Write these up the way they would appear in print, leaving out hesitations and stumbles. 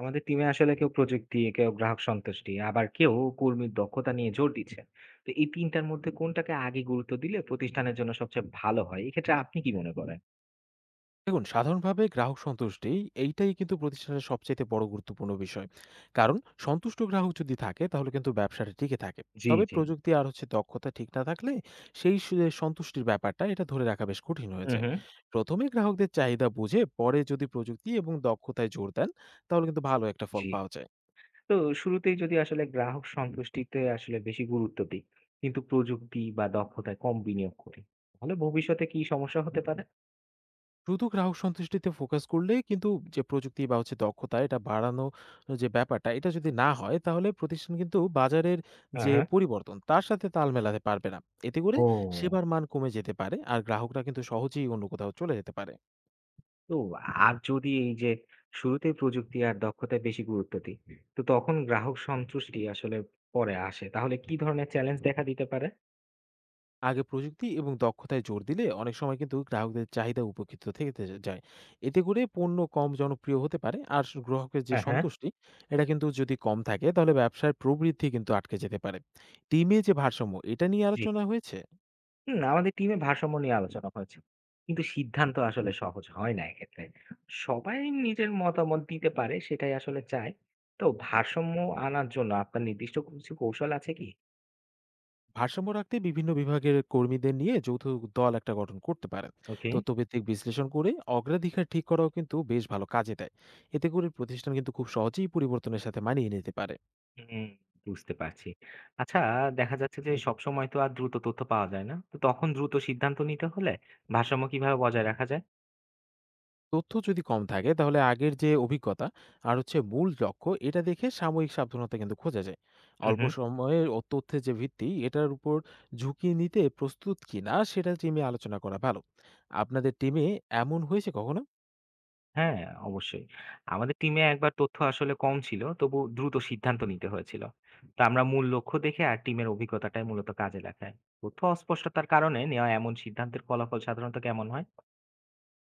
আমাদের টিমে আসলে কেউ প্রযুক্তি, কেউ গ্রাহক সন্তুষ্টি, আবার কেউ কর্মীর দক্ষতা নিয়ে জোর দিচ্ছে। তো এই তিনটার মধ্যে কোনটাকে আগে গুরুত্ব দিলে প্রতিষ্ঠানের জন্য সবচেয়ে ভালো হয়, এক্ষেত্রে আপনি কি মনে করেন? দেখুন, সাধারণভাবে গ্রাহক সন্তুষ্টি এইটাই কিন্তু প্রতিষ্ঠানের সবচাইতে বড় গুরুত্বপূর্ণ বিষয়। কারণ সন্তুষ্ট গ্রাহক যদি থাকে তাহলে কিন্তু ব্যবসাটা টিকে থাকে। জি, তবে জি। প্রযুক্তি আর হচ্ছে দক্ষতা ঠিক না থাকলে যে সন্তুষ্টির ব্যাপারটা এটা ধরে রাখা বেশ কঠিন হয়ে হুম, যায়। হুম। প্রথমে গ্রাহকদের চাহিদা বুঝে পরে যদি প্রযুক্তি এবং দক্ষতায় জোর দেন তাহলে কিন্তু ভালো একটা ফল জি। পাওয়া যায়। তো শুরুতেই যদি আসলে গ্রাহক সন্তুষ্টিতে আসলে বেশি গুরুত্ব দিই, কিন্তু প্রযুক্তি বা দক্ষতায় কম বিনিয়োগ করি, তাহলে ভবিষ্যতে কি সমস্যা হতে পারে? শুধু গ্রাহক সন্তুষ্টিতে ফোকাস করলে কিন্তু যে প্রযুক্তি বা হচ্ছে দক্ষতা এটা বাড়ানো, যে ব্যাপারটা এটা যদি না হয় তাহলে প্রতিষ্ঠান কিন্তু বাজারের হ্যাঁ, যে হ্যাঁ। পরিবর্তন তার সাথে তাল মেলাতে পারবে না। এতে করে ও। সেবার মান কমে যেতে পারে আর গ্রাহকরা কিন্তু সহজেই অন্য কোথাও চলে যেতে পারে। তো আর যদি এই যে শুরুতেই প্রযুক্তি আর দক্ষতায় বেশি গুরুত্ব দিই, তো তখন গ্রাহক সন্তুষ্টি আসলে পরে আসে। তাহলে কি ধরনের চ্যালেঞ্জ দেখা দিতে পারে? আগে প্রযুক্তি এবং দক্ষতায় জোর দিলে অনেক সময় কিন্তু গ্রাহকদের চাহিদা উপেক্ষিত থেকে তে যায়। এতে করে পণ্য কম জনপ্রিয় হতে পারে আর গ্রাহকের যে হ্যাঁ, হ্যাঁ। সন্তুষ্টি এটা কিন্তু যদি কম থাকে তাহলে ব্যবসার প্রবৃদ্ধি কিন্তু আটকে যেতে পারে। টিমে যে ভারসাম্য এটা নিয়ে জি। আলোচনা হয়েছে? হুম, আমাদের টিমে ভারসাম্য নিয়ে আলোচনা হয়েছে। কিন্তু সিদ্ধান্ত আসলে সহজ হয় না এক্ষেত্রে। সবাই নিজের মতামত দিতে পারে, সেটাই আসলে চায়। তো ভারসাম্য আনার জন্য আপনার নির্দিষ্ট কিছু কৌশল আছে কি? ভারসাম্য রাখতে বিভিন্ন বিভাগের কর্মীদের নিয়ে যৌথ দল একটা গঠন করতে পারেন। ওকে। তথ্যভিত্তিক বিশ্লেষণ করে অগ্রাধিকার ঠিক করাও কিন্তু বেশ ভালো কাজে দেয়। এতে করে প্রতিষ্ঠান কিন্তু খুব সহজেই পরিবর্তনের সাথে মানিয়ে নিতে পারে। হুম, বুঝতে পারছি। আচ্ছা, দেখা যাচ্ছে যে সবসময় তো আর দ্রুত তথ্য পাওয়া যায় না। তো তখন দ্রুত সিদ্ধান্ত নিতে হলে ভারসাম্য কিভাবে বজায় রাখা যায়? তথ্য যদি কম থাকে তাহলে আগের যে অভিজ্ঞতা আর হচ্ছে মূল লক্ষ্য এটা দেখে সাময়িক সাবধানতা কিন্তু খোঁজা যায়। হুম, অল্প হুম। সময়ের ও তথ্যের যে ভিত্তি এটার উপর ঝুঁকি নিতে প্রস্তুত কিনা সেটা টিমে আলোচনা করা ভালো। আপনাদের টিমে এমন হয়েছে কখনো? হ্যাঁ, অবশ্যই। আমাদের টিমে একবার তথ্য আসলে কম ছিল, তবু দ্রুত সিদ্ধান্ত নিতে হয়েছিল। তো আমরা মূল লক্ষ্য দেখে আর টিমের অভিজ্ঞতাটাই মূলত কাজে লাগাই। তথ্য অস্পষ্টতার কারণে নেওয়া এমন সিদ্ধান্তের ফলাফল সাধারণত কেমন হয়?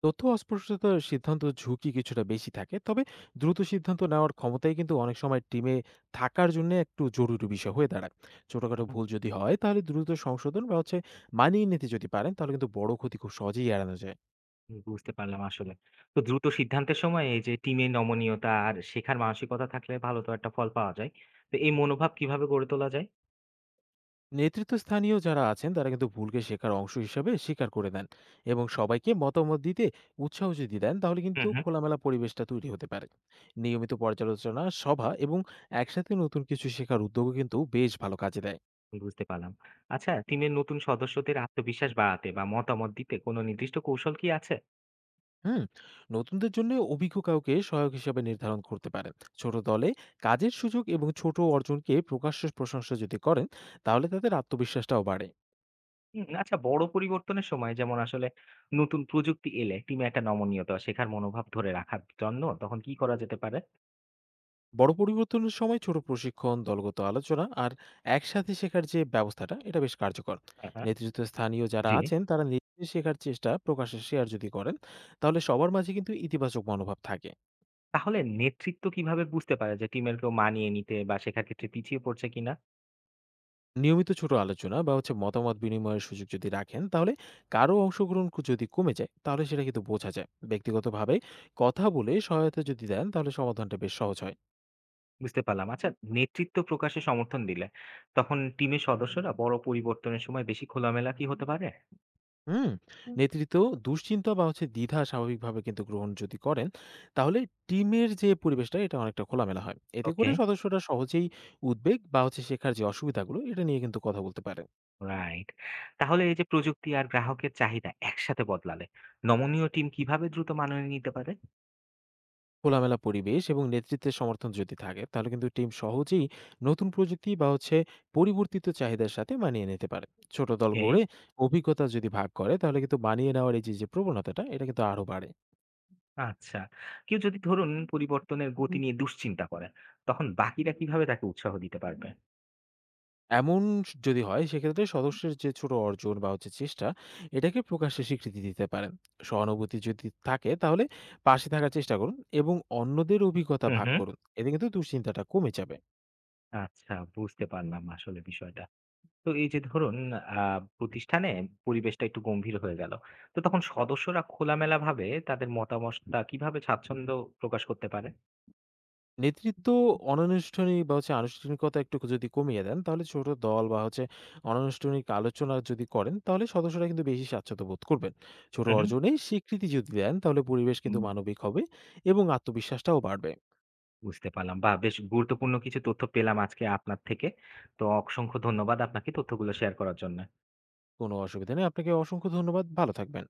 তথ্য অস্পষ্টতার সিদ্ধান্ত ঝুঁকি কিছুটা বেশি থাকে, তবে দ্রুত সিদ্ধান্ত নেওয়ার ক্ষমতাই কিন্তু অনেক সময় টিমে থাকার জন্য একটু জরুরি বিষয় হয়ে দাঁড়ায়। ছোটখাটো ভুল যদি হয় তাহলে দ্রুত সংশোধন বা হচ্ছে মানিয়ে নিতে যদি পারেন তাহলে কিন্তু বড় ক্ষতি খুব সহজেই এড়ানো যায়। হুম, বুঝতে পারলাম আসলে। তো দ্রুত সিদ্ধান্তের সময় এই যে টিমে নমনীয়তা আর শেখার মানসিকতা থাকলে ভালো তো একটা ফল পাওয়া যায়। তো এই মনোভাব কিভাবে গড়ে তোলা যায়? নেতৃত্বস্থানীয় যারা আছেন তারা কিন্তু ভুলকে শেখার অংশ হিসাবে স্বীকার করে নেন এবং সবাইকে মতামত দিতে উৎসাহ যদি দেন তাহলে কিন্তু হুম, হুম। খোলামেলা পরিবেশটা তৈরি হতে পারে। নিয়মিত পর্যালোচনা সভা এবং একসাথে নতুন কিছু শেখার উদ্যোগও কিন্তু বেশ ভালো কাজে দেয়। বুঝতে পারলাম। আচ্ছা, টিমের নতুন সদস্যদের আত্মবিশ্বাস বাড়াতে বা মতামত দিতে কোনো নির্দিষ্ট কৌশল কি আছে? হুম। নতুনদের জন্য অভিজ্ঞ কাউকে সহায়ক হিসাবে নির্ধারণ করতে পারেন। ছোট দলে কাজের সুযোগ এবং ছোট অর্জনকে প্রকাশ্য প্রশংসা যদি করেন তাহলে তাদের আত্মবিশ্বাসটাও বাড়ে। হুম, আচ্ছা, বড় পরিবর্তনের সময় যেমন আসলে নতুন প্রযুক্তি এলে টিমে একটা নমনীয়তা বা শেখার মনোভাব ধরে রাখার জন্য তখন কি করা যেতে পারে? বড় পরিবর্তনের সময় ছোট প্রশিক্ষণ, দলগত আলোচনা আর একসাথে শেখার যে ব্যবস্থাটা এটা বেশ কার্যকর। হ্যাঁ, হ্যাঁ। নেতৃত্ব স্থানীয় যারা জি। আছেন তারা নিজে শেখার চেষ্টা প্রকাশে শেয়ার যদি করেন তাহলে সবার মাঝে কিন্তু ইতিবাচক মনোভাব থাকে। তাহলে নেতৃত্ব কিভাবে বুঝতে পারে যে টিমের কেউ মানিয়ে নিতে বা শেখার ক্ষেত্রে পিছিয়ে পড়ছে কিনা? নিয়মিত ছোট আলোচনা বা হচ্ছে মতামত বিনিময়ের সুযোগ যদি রাখেন তাহলে কারো অংশগ্রহণ যদি কমে যায় তাহলে সেটা কিন্তু বোঝা যায়। ব্যক্তিগতভাবে কথা বলে সহায়তা যদি দেন তাহলে সমাধানটা বেশ সহজ হয়। বুঝতে পারলাম। আচ্ছা, নেতৃত্ব প্রকাশে সমর্থন দিলে তখন টিমের সদস্যরা বড় পরিবর্তনের সময় বেশি খোলামেলা কি হতে পারে? হুম, হুম। নেতৃত্ব দুশ্চিন্তা বা হচ্ছে দ্বিধা স্বাভাবিকভাবে কিন্তু গ্রহণ যদি করেন, তাহলে টিমের যে পরিবেশটা এটা অনেকটা খোলামেলা হয়। এতে করে ওকে। সদস্যরা সহজেই উদ্বেগ বা হচ্ছে শেখার যে অসুবিধাগুলো এটা নিয়ে কিন্তু কথা বলতে পারে। রাইট। তাহলে এই যে প্রযুক্তি আর গ্রাহকের চাহিদা একসাথে বদলালে নমনীয় টিম কিভাবে দ্রুত মানিয়ে নিতে পারে? খোলামেলা পরিবেশ এবং নেতৃত্বের সমর্থন যদি থাকে, তাহলে কিন্তু টিম সহজেই নতুন প্রযুক্তি বা হচ্ছে পরিবর্তিত চাহিদার সাথে মানিয়ে নিতে পারে। ছোট দল ওকে। গড়ে অভিজ্ঞতা যদি ভাগ করে, তাহলে কিন্তু মানিয়ে নেওয়ার এই যে যে প্রবণতাটা এটা কিন্তু আরো বাড়ে। আচ্ছা, কেউ যদি ধরুন পরিবর্তনের গতি নিয়ে দুশ্চিন্তা করে, তখন বাকিরা কিভাবে তাকে উৎসাহ দিতে পারবে? এমন যদি হয় সেক্ষেত্রে সদস্যের যে ছোট অর্জন বা হচ্ছে চেষ্টা এটাকে প্রকাশ্যে স্বীকৃতি দিতে পারেন। সহানুভূতি যদি থাকে তাহলে পাশে থাকার চেষ্টা করুন এবং অন্যদের অভিজ্ঞতা হুম, ভাগ হুম। করুন। এতে কিন্তু দুশ্চিন্তাটা কমে যাবে। আচ্ছা, বুঝতে পারলাম আসলে বিষয়টা। তো এই যে ধরুন আ প্রতিষ্ঠানে পরিবেশটা একটু গম্ভীর হয়ে গেল। তো তখন সদস্যরা খোলামেলাভাবে তাদের মতামতটা কিভাবে স্বাচ্ছন্দ্য প্রকাশ করতে পারে? নেতৃত্ব অনানুষ্ঠানিক বা হচ্ছে আনুষ্ঠানিকতা একটু যদি কমিয়ে দেন তাহলে ছোট দল বা হচ্ছে অনানুষ্ঠানিক আলোচনা যদি করেন তাহলে সদস্যরা কিন্তু বেশি স্বাচ্ছন্দ্য বোধ করবেন। ছোট হু, হু। অর্জনে স্বীকৃতি যদি দেন তাহলে পরিবেশ কিন্তু উম মানবিক হবে এবং আত্মবিশ্বাসটাও বাড়বে। বুঝতে পারলাম। বাহ! বেশ গুরুত্বপূর্ণ কিছু তথ্য পেলাম আজকে আপনার থেকে। তো অসংখ্য ধন্যবাদ আপনাকে তথ্যগুলো শেয়ার করার জন্য। কোনো অসুবিধা নেই। আপনাকে অসংখ্য ধন্যবাদ। ভালো থাকবেন।